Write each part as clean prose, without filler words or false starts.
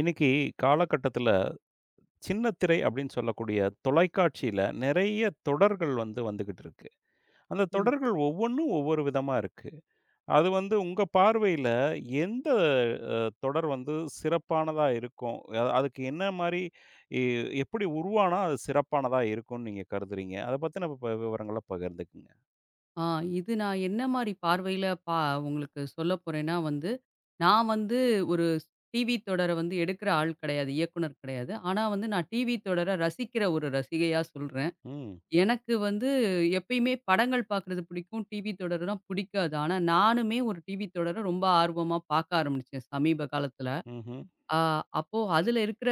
இன்னைக்கு காலகட்டத்துல சின்ன திரை அப்படின்னு சொல்லக்கூடிய தொலைக்காட்சியில நிறைய தொடர்கள் வந்து வந்துகிட்டு இருக்கு. அந்த ம். தொடர்கள் ஒவ்வொன்னும் ஒவ்வொரு விதமா இருக்கு. அது வந்து உங்க பார்வையில எந்த அ தொடர் வந்து சிறப்பானதா இருக்கும்? அதுக்கு என்ன மாரி எ எப்படி உருவானா அது சிறப்பானதா இருக்கும்னு நீங்க கருதுறீங்க? அத பத்தின விவரங்கள பகிர்ந்துக்குங்க. ஆ இது நான் என்ன மாரி பார்வையில உங்களுக்கு சொல்ல போறேன்னா வந்து, நான் வந்து ஒரு டிவி தொடர வந்து எடுக்கிற ஆள் கிடையாது. இயக்குனர் கிடையாது. ஆனா வந்து நான் டிவி தொடர ரசிக்கிற ஒரு ரசிகையா சொல்றேன். ம். எனக்கு வந்து எப்பயுமே படங்கள் பார்க்குறது பிடிக்கும். டிவி தொடர்லாம் பிடிக்காது. ஆனா நானுமே ஒரு டிவி தொடர ரொம்ப ஆர்வமா பார்க்க ஆரம்பிச்சேன் சமீப காலத்துல. ம்ஹ்ம். ஆ அப்போ அதுல இருக்கிற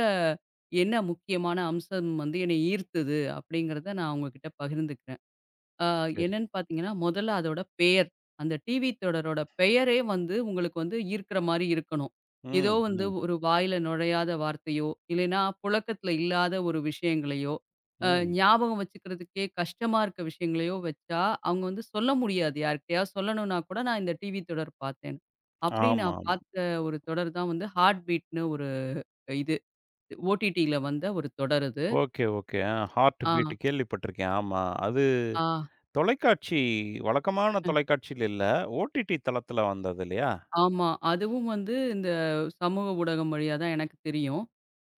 என்ன முக்கியமான அம்சம் வந்து என்னை ஈர்த்தது அப்படிங்கிறத நான் உங்ககிட்ட பகிர்ந்துக்கிறேன். ஆ சரி. என்னன்னு பார்த்தீங்கன்னா, முதல்ல அதோட பெயர். அந்த டிவி தொடரோட பெயரே வந்து உங்களுக்கு வந்து ஈர்க்கிற மாரி இருக்கணும். ஏதோ ம். வந்து ம். ஒரு வாயில நுழையாத வார்த்தையோ, இல்லைன்னா புழக்கத்துல இல்லாத ஒரு விஷயங்களையோ, அ ம். ஞாபகம் வச்சுக்கிறதுக்கே கஷ்டமா இருக்க விஷயங்களையோ வச்சா, அவங்க வந்து சொல்ல முடியாது. யார்கிட்டயாவது சொல்லணும்னா கூட நான் இந்த டிவி தொடர் பார்த்தேன்னு. அப்படி நான் ஆமாமா. பார்த்த ஒரு தொடர் தான் வந்து ஹார்ட் பீட்ன்னு ஒரு இது. ஓடிடில வந்த ஒரு தொடர் இது. Okay, okay. ஆ, ஹார்ட் ஆ, பீட் கேள்விப்பட்டிருக்கேன். ஆமா. அது ஆ. தொலைக்காட்சி வழக்கமான தொலைக்காட்சியில இல்ல. ஓடிடி தளத்தில வந்தது இல்லையா? ஆமா. அதுவும் வந்து இந்த சமூக ஊடகம் வழியா தான் எனக்கு தெரியும்.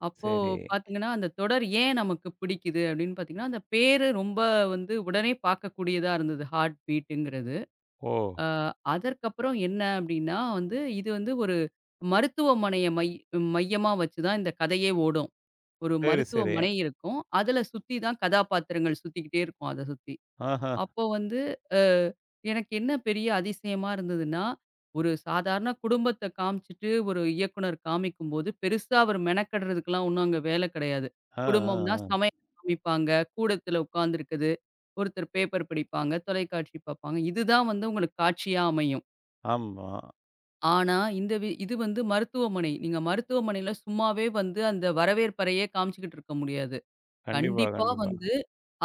அப்போ சரி. பார்த்தீங்கன்னா, அந்த தொடர் ஏன் நமக்கு பிடிக்குது அப்படின்னு பார்த்தீங்கன்னா, அந்த பேரு ரொம்ப வந்து உடனே பார்க்கக்கூடியதா இருந்தது. ஹார்ட் பீட்டுங்கிறது. ஓ! அ அதற்கப்புறம் என்ன அப்படின்னா வந்து, இது வந்து ஒரு மருத்துவமனைய மையமா வச்சு தான் இந்த கதையே ஓடும். ஒரு சரி, சரி. மருத்துவமனை இருக்கும். அதுல சுத்தி தான் கதாபாத்திரங்கள் சுத்திக்கிட்டே இருக்கும். அத சுத்தி. ஆஹா. அப்போ வந்து அ எனக்கு என்ன பெரிய அதிசயமா இருந்ததுன்னா, ஒரு சாதாரண குடும்பத்த காமிச்சுட்டு ஒரு இயக்குனர் காமிக்கும்போது, பெருசா அவர் மெனக்கெடுறதுக்கெல்லாம் ஒண்ணும் அங்க வேல கிடையாது. ஆ, ஆ, குடும்பம்னா ஆ. சமையல் காமிப்பாங்க, கூடத்துல உட்காந்துருக்குது, ஒருத்தர் பேப்பர் படிப்பாங்க, தொலைக்காட்சி பார்ப்பாங்க. இதுதான் வந்து உங்களுக்கு காட்சியா அமையும். ஆமா. ஆனா, இந்த வி இது வந்து மருத்துவமனை. நீங்க மருத்துவமனையில சும்மாவே வந்து அந்த வரவேற்பறையே காமிச்சுக்கிட்டு இருக்க முடியாது. கண்டிப்பா, கண்டிப்பா கண்டிப்பா. வந்து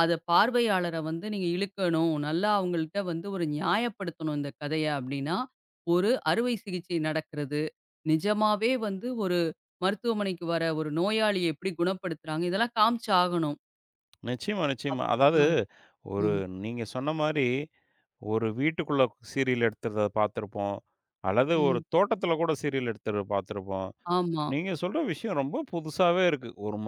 அத பார்வையாளர வந்து நீங்க இழுக்கணும். நல்லா அவங்கள்ட்ட வந்து ஒரு நியாயப்படுத்தணும் இந்த கதைய அப்டின்னா, ஒரு அறுவை சிகிச்சை நடக்கிறது. நிஜமாவே வந்து ஒரு மருத்துவமனைக்கு வர ஒரு நோயாளிய எப்படி குணப்படுத்துறாங்க. இதெல்லாம் காமிச்சாகணும். நிச்சயமா, நிச்சயமா. அதாவது ஆ. ஒரு ம். நீங்க சொன்ன மாரி, ஒரு வீட்டுக்குள்ள சீரியல் எடுத்திருந்தத பார்த்திருப்போம். அல்லது ஒரு ம். தோட்டத்தில கூட சீரியல் எடுத்தத பார்த்திருப்போம். ஆமா. நீங்க சொல்ற விஷயம் ரொம்ப புதுசாவே இருக்கு. ஒரு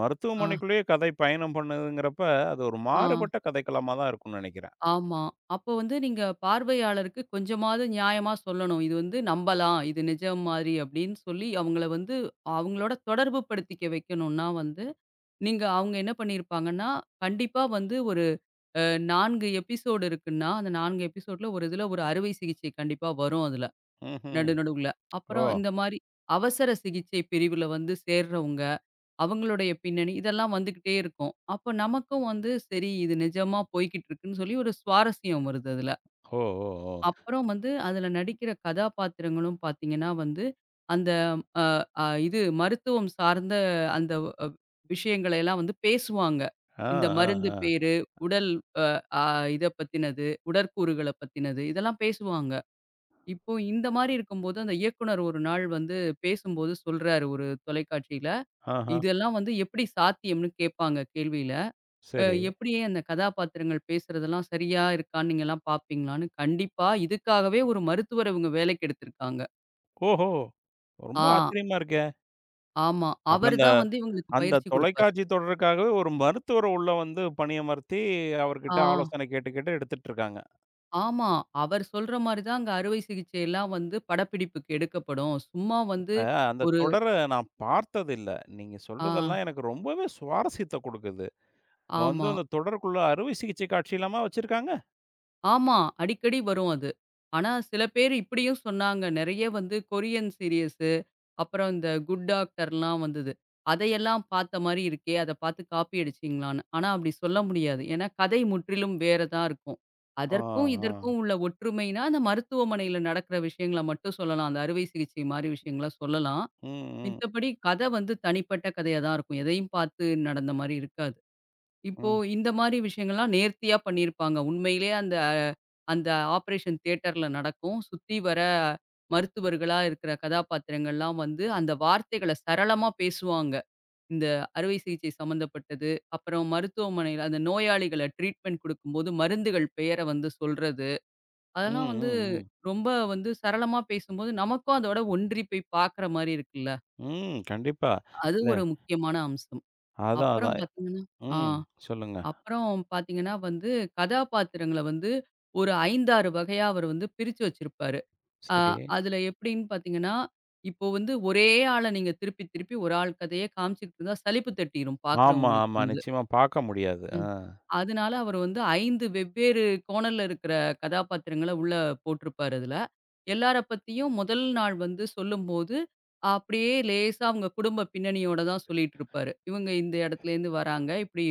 ஆ. மருத்துவமனைக்குள்ளேயே கதை பயணம் பண்ணுதுங்கிறப்ப, அது ஒரு ஆ. மாறுபட்ட கதைக்களமா தான் இருக்கும்னு நினைக்கிறேன். ஆமா. அப்போ வந்து நீங்க பார்வையாளருக்கு கொஞ்சமாவது நியாயமா சொல்லணும். இது வந்து நம்பலாம். இது நிஜம் மாரி அப்டின்னு சொல்லி அவங்கள வந்து அவங்களோட தொடர்பு படுத்திக்க வைக்கணும்னா வந்து நீங்க அவங்க என்ன பண்ணியிருப்பாங்கன்னா, கண்டிப்பா வந்து ஒரு அ 4 எபிசோடு இருக்குன்னா, அந்த 4 எபிசோட்ல ஒரு இதுல ஒரு அறுவை சிகிச்சை கண்டிப்பா வரும் அதுல. ம்ஹ்ம். நடு நடுவுல. ஓ! அப்புறம் இந்த மாரி அவசர சிகிச்சை பிரிவுல வந்து சேர்றவங்க, அவங்களுடைய பின்னணி இதெல்லாம் வந்துக்கிட்டே இருக்கும். அப்ப நமக்கும் வந்து சரி இது நிஜமா போய்க்கிட்டு இருக்குன்னு சொல்லி ஒரு சுவாரஸ்யம் வருது அதுல. ஓ! ஓ! ஓ! அப்புறம் வந்து அதுல நடிக்கிற கதாபாத்திரங்களும் பார்த்தீங்கன்னா வந்து, அந்த அ அ இது மருத்துவம் சார்ந்த அந்த அ விஷயங்களை எல்லாம் வந்து பேசுவாங்க. ஆ, இந்த ஆ, மருந்து ஆ. பேரு, உடல் அ அ இத பத்தினது, உடற்கூறுகள பத்தினது இதெல்லாம் பேசுவாங்க. இப்போ இந்த மாரி இருக்கும்போது அந்த இயக்குனர் ஒரு நாள் வந்து பேசும்போது சொல்றாரு ஒரு தொலைக்காட்சியில, ஆஹா. இதெல்லாம் வந்து எப்படி சாத்தியம்னு கேட்பாங்க கேள்வியில. சரி. எப்படியே அந்த கதாபாத்திரங்கள் பேசுறதெல்லாம் சரியா இருக்கான்னு நீங்கலாம் பார்ப்பீங்களான்னு, கண்டிப்பா இதுக்காகவே ஒரு மருத்துவர இவங்க வேலைக்கு எடுத்திருக்காங்க. ஓஹோ! ரொம்ப ஆ, ஆச்சரியமா இருக்கே! ஆமா. அப்ப அவரு அந்த தான் வந்து இவங்களுக்கு அந்த பயிற்சி குடுப்பாரு. தொலைக்காட்சி தொடருக்காகவே ஒரு மருத்துவர உள்ள வந்து பணியமர்த்தி, ஆ, அவர்கிட்ட ஆலோசனை கேட்டு, கேட்டு எடுத்துட்டு இருக்காங்க. ஆமா. அவர் சொல்ற மாரி தான் அங்க அறுவை சிகிச்சையெல்லாம் வந்து படப்பிடிப்புக்கு எடுக்கப்படும். சும்மா இப்ப வந்து அந்த ஒரு தொடர நான் பார்த்ததில்ல. நீங்க ஆ, சொல்றதெல்லாம் எனக்கு ரொம்பவே சுவாரஸ்யத்த குடுக்குது. இப்ப வந்து ஆமா. அந்த தொடருக்குள்ள அறுவை சிகிச்சை காட்சிலாமா வச்சிருக்காங்க? ஆமா. அடிக்கடி வரும் அது. ஆனா சில பேர் இப்படியும் சொன்னாங்க. நெறைய வந்து கொரியன் சீரியஸ் அப்புறம் இந்த குட் டாக்டர்லாம் வந்தது. அதையெல்லாம் பார்த்த மாரி இருக்கே! அத பார்த்து காப்பி அடிச்சீங்களான்னு. ஆனா அப்படி சொல்ல முடியாது. ஏன்னா கதை முற்றிலும் வேறதா இருக்கும். ஆ, அதற்கும் ஆ. இதற்கும் உள்ள ஒற்றுமைனா, அந்த மருத்துவமனையில நடக்கிற விஷயங்கள மட்டும் சொல்லலாம். அந்த அறுவை சிகிச்சை மாரி விஷயங்கள சொல்லலாம். ம், ம், மித்தபடி கதை வந்து தனிப்பட்ட கதையா தான் இருக்கும். எதையும் பார்த்து நடந்த மாரி இருக்காது. இப்போ ம். இந்த மாரி விஷயங்கள்லாம் நேர்த்தியா பண்ணியிருப்பாங்க. உண்மையிலேயே அந்த அந்த ஆப்பரேஷன் தியேட்டர்ல நடக்கும். சுத்தி வர மருத்துவர்களா இருக்கிற கதாபாத்திரங்கள்லாம் வந்து, அந்த வார்த்தைகள சரளமா பேசுவாங்க. இந்த அறுவை சிகிச்சை சம்மந்தப்பட்டது, அப்புறம் மருத்துவமனையில அந்த நோயாளிகள ட்ரீட்மெண்ட் குடுக்கும்போது மருந்துகள் பெயர வந்து சொல்றது, ம், அதெல்லாம் வந்து ம், ம். ரொம்ப வந்து சரளமா பேசும்போது, நமக்கும் அதோட ஒன்றி போய் பார்க்குற மாரி இருக்குல்ல. ம். கண்டிப்பா. அது இல்ல ஒரு முக்கியமான அம்சம். அதான், அப்புறம் அதான். பார்த்தீங்கன்னா ஆ. ம். சொல்லுங்க. அப்புறம் பார்த்தீங்கன்னா வந்து, கதாபாத்திரங்கள வந்து ஒரு 5, 6 வகையா அவரு வந்து பிரிச்சு வச்சிருப்பாரு. அ சரி. அதுல எப்படின்னு பார்த்தீங்கன்னா, இப்போ வந்து ஒரே ஆள நீங்க திருப்பி திருப்பி ஒரு ஆள் கதையே காமிச்சுக்கிட்டு இருந்தா சலிப்பு தட்டிரும் ஆமா, பார்க்குறவங்களுக்கு ஆமா. வந்து. நிச்சயமா பார்க்க முடியாது. ஆ. ம். அதனால அவர் வந்து 5 வெவ்வேறு கோணல்ல இருக்கிற கதாபாத்திரங்கள உள்ள போட்டிருப்பாரு அதுல. எல்லார பத்தியும் முதல் நாள் வந்து சொல்லும்போது, அப்படியே லேசா அவங்க குடும்ப பின்னணியோட தான் சொல்லிட்டு இருப்பாரு. இவங்க இந்த இடத்துலேருந்து வராங்க. இப்படி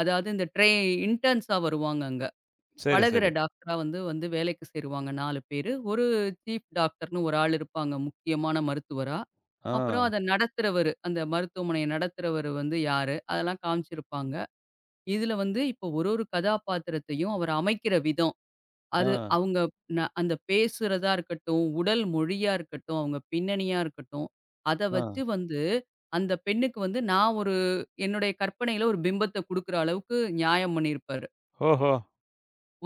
அதாவது இந்த ட்ரெ இன்டர்ன்ஸா வருவாங்க அங்க. சரி, பழகுற சரி. டாக்டரா வந்து வந்து வேலைக்கு சேருவாங்க 4 பேரு. ஒரு சீஃப் டாக்டர்ன்னு ஒரு ஆள் இருப்பாங்க முக்கியமான மருத்துவரா. ஆ, அப்புறம் அத நடத்துறவரு, அந்த மருத்துவமனைய நடத்துறவரு வந்து யாரு? அதெல்லாம் காமிச்சிருப்பாங்க. இதுல வந்து இப்போ ஒரு ஒரு கதாபாத்திரத்தையும் அவர் அமைக்கிற விதம், ஆ, அது அவங்க அந்த பேசுறதா இருக்கட்டும், உடல் மொழியா இருக்கட்டும், அவங்க பின்னணியா இருக்கட்டும், அத ஆ. வச்சு வந்து அந்த பெண்ணுக்கு வந்து நான் ஒரு என்னுடைய கற்பனையில ஒரு பிம்பத்த குடுக்குற அளவுக்கு நியாயம் பண்ணியிருப்பாரு. ஓஹோ!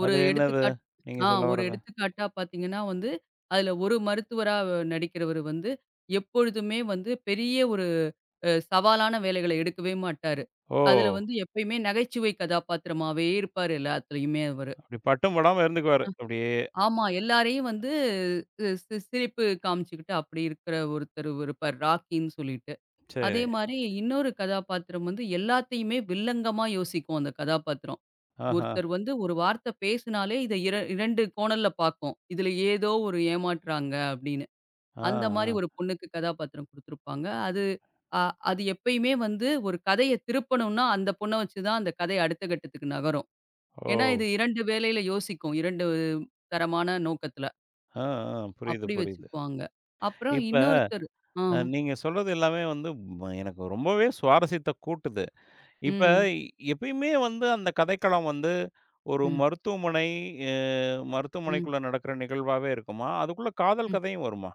ஒரு அது என்னது? எடுத்துக்காட்டு நீங்க ஆ சொல்ல ஒரு வர்றது? எடுத்துக்காட்டா பார்த்தீங்கன்னா வந்து, அதுல ஒரு மருத்துவரா நடிக்கிறவரு வந்து எப்பொழுதுமே வந்து பெரிய ஒரு சவாலான வேலைகள எடுக்கவே மாட்டாரு. ஓ! அதுல வந்து எப்பயுமே நகைச்சுவை கதாபாத்திரமாவே இருப்பாரு எல்லாத்துலயுமே அவரு. அப்படி பட்டும் படாம இருந்துக்குவாரு. அப்படியே. ஆமா. எல்லாரையும் வந்து அ சி சிரிப்பு காமிச்சுக்கிட்டு அப்படி இருக்கிற ஒருத்தர் இருப்பார் ராக்கின்னு சொல்லிட்டு. சரி. அதே மாரி இன்னொரு கதாபாத்திரம் வந்து எல்லாத்தையுமே வில்லங்கமா யோசிக்கும் அந்த கதாபாத்திரம். ஆஹா. ஒருத்தர் வந்து ஒரு வார்த்தை பேசினாலே இத இர 2 கோணல்ல பார்க்கும். இதுல ஏதோ ஒரு ஏமாற்றுறாங்க அப்படின்னு. ஆ, அந்த மாரி ஆ. ஒரு பொண்ணுக்கு கதாபாத்திரம் குடுத்துருப்பாங்க. அ அது எப்பயுமே வந்து ஒரு கதைய திருப்பணும்னா, அந்த பொண்ண வச்சு தான் அந்த கதை அடுத்த கட்டத்துக்கு நகரும். ஓ! ஏன்னா, இது 2 வேலையில யோசிக்கும். 2 தரமான நோக்கத்துல. ஆ, ஆ. புரியுது, அப்படி புரியுது. வச்சுக்குவாங்க. அப்புறம் இப்ப இன்னொருத்தர் ஆ. நீங்க சொல்றது எல்லாமே வந்து எனக்கு ரொம்பவே சுவாரஸ்யத்த கூட்டுது. இப்ப ம். எப்பயுமே வந்து அந்த கதைக்களம் வந்து ஒரு ம். மருத்துவமனை, ம். ம். மருத்துவமனைக்குள்ள நடக்கிற நிகழ்வாவே இருக்குமா? அதுக்குள்ள காதல் கதையும் வருமா?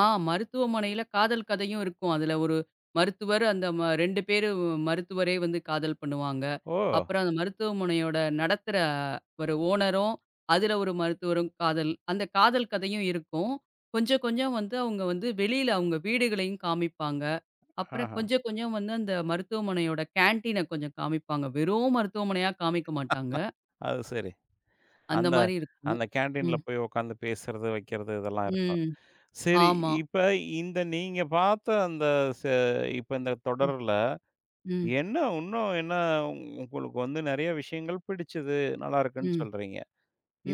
ஆ மருத்துவமனையில காதல் கதையும் இருக்கும். அதுல ஒரு மருத்துவர் அந்த ம 2 பேரும் மருத்துவரே வந்து காதல் பண்ணுவாங்க. ஓ! அப்புறம் அந்த மருத்துவமனையோட நடத்துற ஒரு ஓனரும், அதுல ஒரு மருத்துவரும் அந்த காதல் கதையும் இருக்கும். கொஞ்சம் கொஞ்சம் வந்து அவங்க வந்து வெளியில அவங்க வீடுகளையும் காமிப்பாங்க. அப்புறம் ஆஹா. கொஞ்சம் கொஞ்சம் வந்து அந்த மருத்துவமனையோட கேன்டீன கொஞ்சம் காமிப்பாங்க. வெறும் மருத்துவமனையா காமிக்க மாட்டாங்க. அது சரி. அந்த அந்த மாரி இருக்கும். அந்த கேன்டீன்ல ம், போய் உட்காந்து பேசுறது, வைக்கிறது இதெல்லாம் இருக்கும். ம். சரி, ஆமா. இப்ப இந்த நீங்க பார்த்த அந்த ச இப்ப இந்த ம், தொடர்ல ம், என்ன இன்னும் என்ன உங்களுக்கு வந்து நெறைய விஷயங்கள் பிடிச்சது, நல்லா இருக்குன்னு ம், சொல்றீங்க.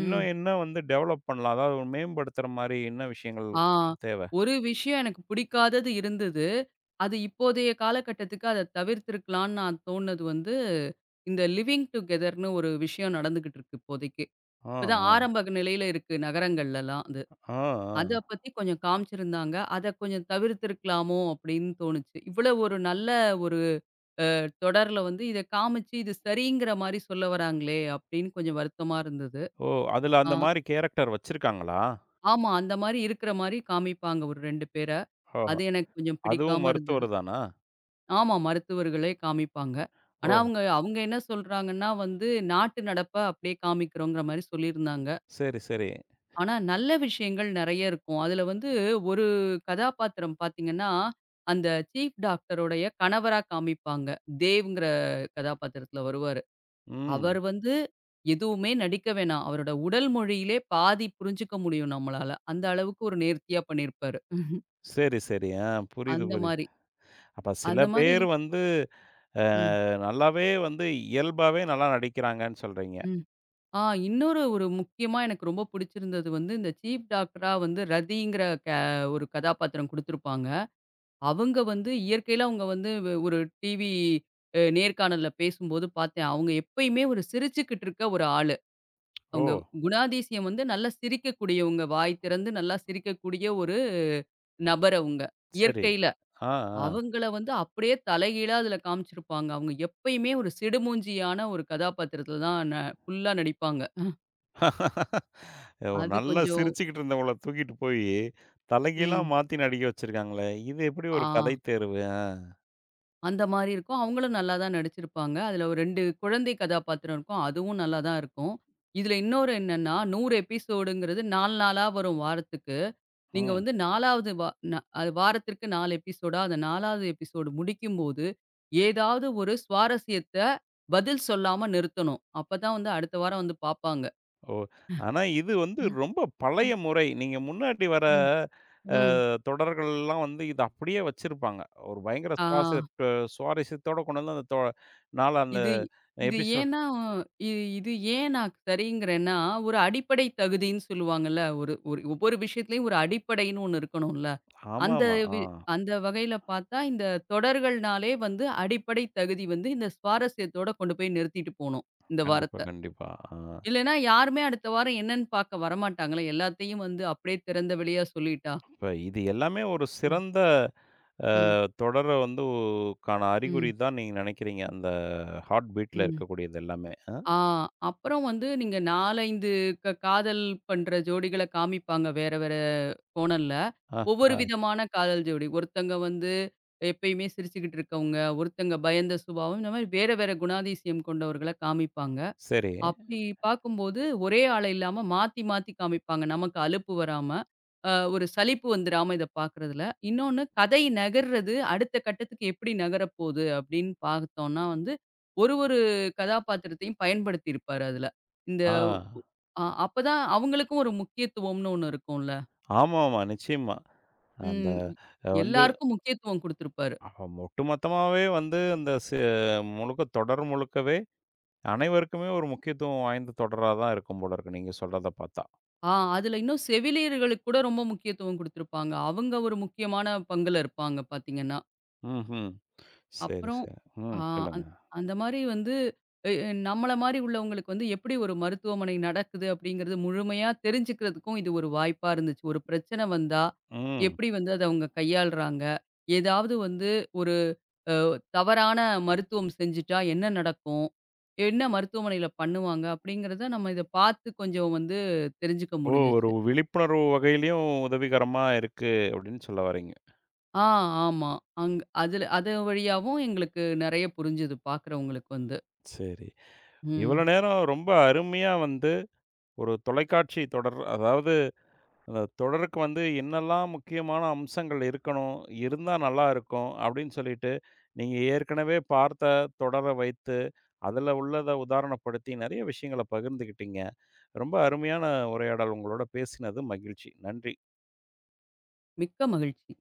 இன்னும் என்ன வந்து டெவலப் பண்ணலாம்? அதாவது ஒரு மேம்படுத்துற மாரி என்ன விஷயங்கள் ஆ. தேவ? ஒரு விஷயம் எனக்கு பிடிக்காதது இருந்தது. அது இப்போதைய காலகட்டத்துக்கு அத தவிர்த்திருக்கலான்னு நான் தோணுனது வந்து, இந்த லிவிங் டுகெதர்ன்னு ஒரு விஷயம் நடந்துகிட்டு இருக்கு இப்போதைக்கு. ஆ, இப்பதான் ஆ, ஆரம்ப நிலையில இருக்கு நகரங்கள்லலாம் அது. ஆ, அத ஆ. பத்தி கொஞ்சம் காமிச்சிருந்தாங்க. அத கொஞ்சம் தவிர்த்திருக்கலாமோ அப்படின்னு தோணுச்சு. இவ்வளவு ஒரு நல்ல ஒரு தொடர்ல வந்து இத காமிச்சு இது சரிங்கிற மாரி சொல்ல வராங்களே அப்படின்னு கொஞ்சம் வருத்தமா இருந்தது. ஓ! அதுல ஆ. அந்த மாரி கேரக்டர் வச்சிருக்காங்களா? ஆமா. அந்த மாரி இருக்கிற மாரி காமிப்பாங்க ஒரு 2 பேர. ஓஹோ! அது எனக்கு கொஞ்சம் அதுவும் பிடிக்காம இருந்தது. மருத்துவர் தானா? ஆமா. மருத்துவர்களே காமிப்பாங்க. ஓ! ஆனா, அவங்க அவங்க என்ன சொல்றாங்கன்னா வந்து, நாட்டு நடப்ப அப்படியே காமிக்கிறோங்கிற மாரி சொல்லியிருந்தாங்க. சரி, சரி. ஆனா, நல்ல விஷயங்கள் நெறைய இருக்கும். அதுல வந்து ஒரு கதாபாத்திரம் பார்த்தீங்கன்னா, அந்த சீஃப் டாக்டருடைய கணவரா காமிப்பாங்க. தேவ்ங்கிற கதாபாத்திரத்துல வருவாரு. ம். அவர் வந்து எதுவுமே நடிக்க வேணாம். அவரோட உடல் மொழியிலே பாதி புரிஞ்சுக்க முடியும் நம்மளால. அந்த அளவுக்கு ஒரு நேர்த்தியா பண்ணியிருப்பாரு. சரி, சரி. ஆ புரியுது, அந்த புரியுது. மாரி. அப்ப சில அந்த மாரி. பேர் வந்து அ ம். நல்லாவே வந்து இயல்பாவே நல்லா நடிக்கிறாங்கன்னு சொல்றீங்க. ம். ஆ இன்னொரு முக்கியமா எனக்கு ரொம்ப பிடிச்சிருந்தது வந்து, இந்த சீஃப் டாக்டரா வந்து ரதிங்கிற ஒரு கதாபாத்திரம் குடுத்துருப்பாங்க. அவங்க வந்து இயற்கையில அவங்க வந்து ஒரு டிவி நேர்காணல்ல பேசும்போது பார்த்தேன். அவங்க எப்பயுமே ஒரு சிரிச்சுக்கிட்டு இருக்க ஒரு ஆளு. ஓ! அவங்க குணாதிசயம் வந்து நல்லா சிரிக்கக்கூடியவங்க. வாய் திறந்து நல்லா சிரிக்கக்கூடிய ஒரு நபர் அவங்க. சரி. இயற்கையில. ஆ, ஆ. அவங்கள வந்து அப்படியே தலைகீழா அதுல காமிச்சிருப்பாங்க. அவங்க எப்பயுமே ஒரு சிடுமூஞ்சியான ஒரு கதாபாத்திரத்தில தான் ஃபுல்லா நடிப்பாங்க. ஒரு அது நல்லா கொஞ்சம் சிரிச்சுக்கிட்டு இருந்தவங்கள தூக்கிட்டு போய், தலைகீழா ம். மாத்தி நடிக்க வச்சிருக்காங்களே! இது எப்படி ஆ. ஒரு கதை தேர்வு? அந்த மாரி இருக்கும். அவங்களும் நல்லா தான் நடிச்சிருப்பாங்க. அதுல ஒரு 2 குழந்தை கதாபாத்திரம் இருக்கும். அதுவும் நல்லா தான் இருக்கும். இதுல இன்னொரு என்னன்னா, 100 எபிசோடுங்கிறது 4 நாளா வரும் வாரத்துக்கு. நீங்க ம். வந்து 4வது வா ந அது வாரத்திற்கு 4 எபிசோடா, அந்த 4வது எபிசோடு முடிக்கும்போது, ஏதாவது ஒரு சுவாரஸ்யத்த பதில் சொல்லாம நிறுத்தணும். அப்பதான் வந்து அடுத்த வாரம் வந்து பாப்பாங்க. ஓ! ஆனா இது வந்து ம். ரொம்ப அ. பழைய முறை. நீங்க முன்னாடி வர ம். அ ம். தொடர்கள்லாம் வந்து இத அப்படியே வச்சிருப்பாங்க. ஒரு பயங்கர ஆ. சுவாரஸ்யத்தோட கொண்டு வந்து அந்த நாள அந்த இது இது எபிசோட். ஏன்னா, இது இது ஏன் நான் சரிங்கிறேன்னா, ஒரு அடிப்படை தகுதின்னு சொல்லுவாங்கல்ல. ஒரு ஒரு ஒவ்வொரு விஷயத்துலயும் ஒரு அடிப்படைன்னு ஒண்ணு இருக்கணும்ல. அந்த ஆமாமா. ஆ. வி அந்த வகையில பார்த்தா, இந்த தொடர்கள்னாலே வந்து அடிப்படை தகுதி வந்து இந்த சுவாரஸ்யத்தோட கொண்டு போய் நிறுத்திட்டு போணும், இந்த கண்டிப்பா, வாரத்த. கண்டிப்பா. ஆ. இல்லன்னா யாருமே அடுத்த வாரம் என்னன்னு பார்க்க வரமாட்டாங்களே. எல்லாத்தையும் வந்து அப்படியே திறந்த வெளியா சொல்லிட்டா. இப்ப இது எல்லாமே ஒரு ம். சிறந்த அ ம். தொடர வந்து க்கான ம். அறிகுறி தான் நீங்க நினைக்கிறீங்க. அந்த ஹார்ட் பீட்ல ம். இருக்கக்கூடியது எல்லாமே. அ, ஆ அப்புறம் வந்து நீங்க 4, 5 காதல் பண்ற ஜோடிகள காமிப்பாங்க வேற வேற கோணல்ல. அ, ஒவ்வொரு அ. விதமான காதல் ஜோடி. ஒருத்தங்க வந்து எப்பயுமே சிரிச்சுக்கிட்டு இருக்கவங்க, ஒருத்தங்க பயந்த சுபாவம். இந்த மாரி வேற வேற குணாதிசயம் கொண்டவர்கள காமிப்பாங்க. சரி. அப்படி பார்க்கும்போது ஒரே ஆள இல்லாம மாத்தி மாத்தி காமிப்பாங்க. நமக்கு அலுப்பு வராம, ஒரு சலிப்பு வந்துராம இத பார்க்குறதுல. இன்னொன்னு கதை நகர்றது அடுத்த கட்டத்துக்கு எப்படி நகரப்போது அப்படின்னு பார்த்தோம்னா வந்து, ஒரு ஒரு கதாபாத்திரத்தையும் பயன்படுத்தியிருப்பாரு அதுல. இந்த ஆ. அ அப்பதான் அவங்களுக்கும் ஒரு முக்கியத்துவம்னு ஒண்ணு இருக்கும்ல. ஆமாமா. நிச்சயமா. அந்த ம். வந்து எல்லாருக்கும் முக்கியத்துவம் குடுத்திருப்பாரு. ஒட்டுமொத்தமாவே வந்து அந்த முழுக்க தொடர் முழுக்கவே அனைவருக்குமே ஒரு முக்கியத்துவம் வாய்ந்த தொடரா தான் இருக்கும் போல இருக்கு. நீங்க சொல்றத பார்த்தா. அதுல இன்னும் செவிலியர்களுக்கு கூட ரொம்ப முக்கியத்துவம் குடுத்திருப்பாங்க. அவங்க ஒரு முக்கியமான பங்குல இருப்பாங்க பாத்தீங்கன்னா. ம்ஹ்ம். சரி, அப்புறம் சரி. ஆ ம். சொல்லுங்க. அந் அந்த மாரி வந்து எ எ நம்மள மாரி உள்ளவங்களுக்கு வந்து எப்படி ஒரு மருத்துவமனை நடக்குது அப்படிங்கிறது முழுமையா தெரிஞ்சுக்கிறதுக்கும் இது ஒரு வாய்ப்பா இருந்துச்சு. ஒரு பிரச்சனை வந்தா ம். எப்படி வந்து அத அவங்க கையாளுறாங்க. ஏதாவது வந்து ஒரு அ தவறான மருத்துவம் செஞ்சுட்டா என்ன நடக்கும்? என்ன மருத்துவமனையில பண்ணுவாங்க? அப்படிங்கிறத நம்ம இத பார்த்து கொஞ்சம் வந்து தெரிஞ்சுக்க ஓ! ஒரு முடிஞ்சுச்சு. விழிப்புணர்வு வகையிலயும் உதவிகரமா இருக்கு அப்படின்னு சொல்ல வர்றீங்க. ஆ ஆமா. அங் அதுல அது வழியாவும் எங்களுக்கு நெறைய புரிஞ்சது பார்க்குறவங்களுக்கு வந்து. சரி. இவ்வளோ ம். நேரம் ரொம்ப அருமையா வந்து ஒரு தொலைக்காட்சி தொடர், அதாவது அந்த தொடருக்கு வந்து என்னெல்லாம் முக்கியமான அம்சங்கள் இருக்கணும், இருந்தா நல்லா இருக்கும் அப்படின்னு சொல்லிட்டு, நீங்க ஏற்கனவே பார்த்த தொடர வைத்து, அதில உள்ளத உதாரணப்படுத்தி நெறைய விஷயங்கள பகிர்ந்துக்கிட்டீங்க. ரொம்ப அருமையான உரையாடல். உங்களோட பேசினது மகிழ்ச்சி. நன்றி. மிக்க மகிழ்ச்சி.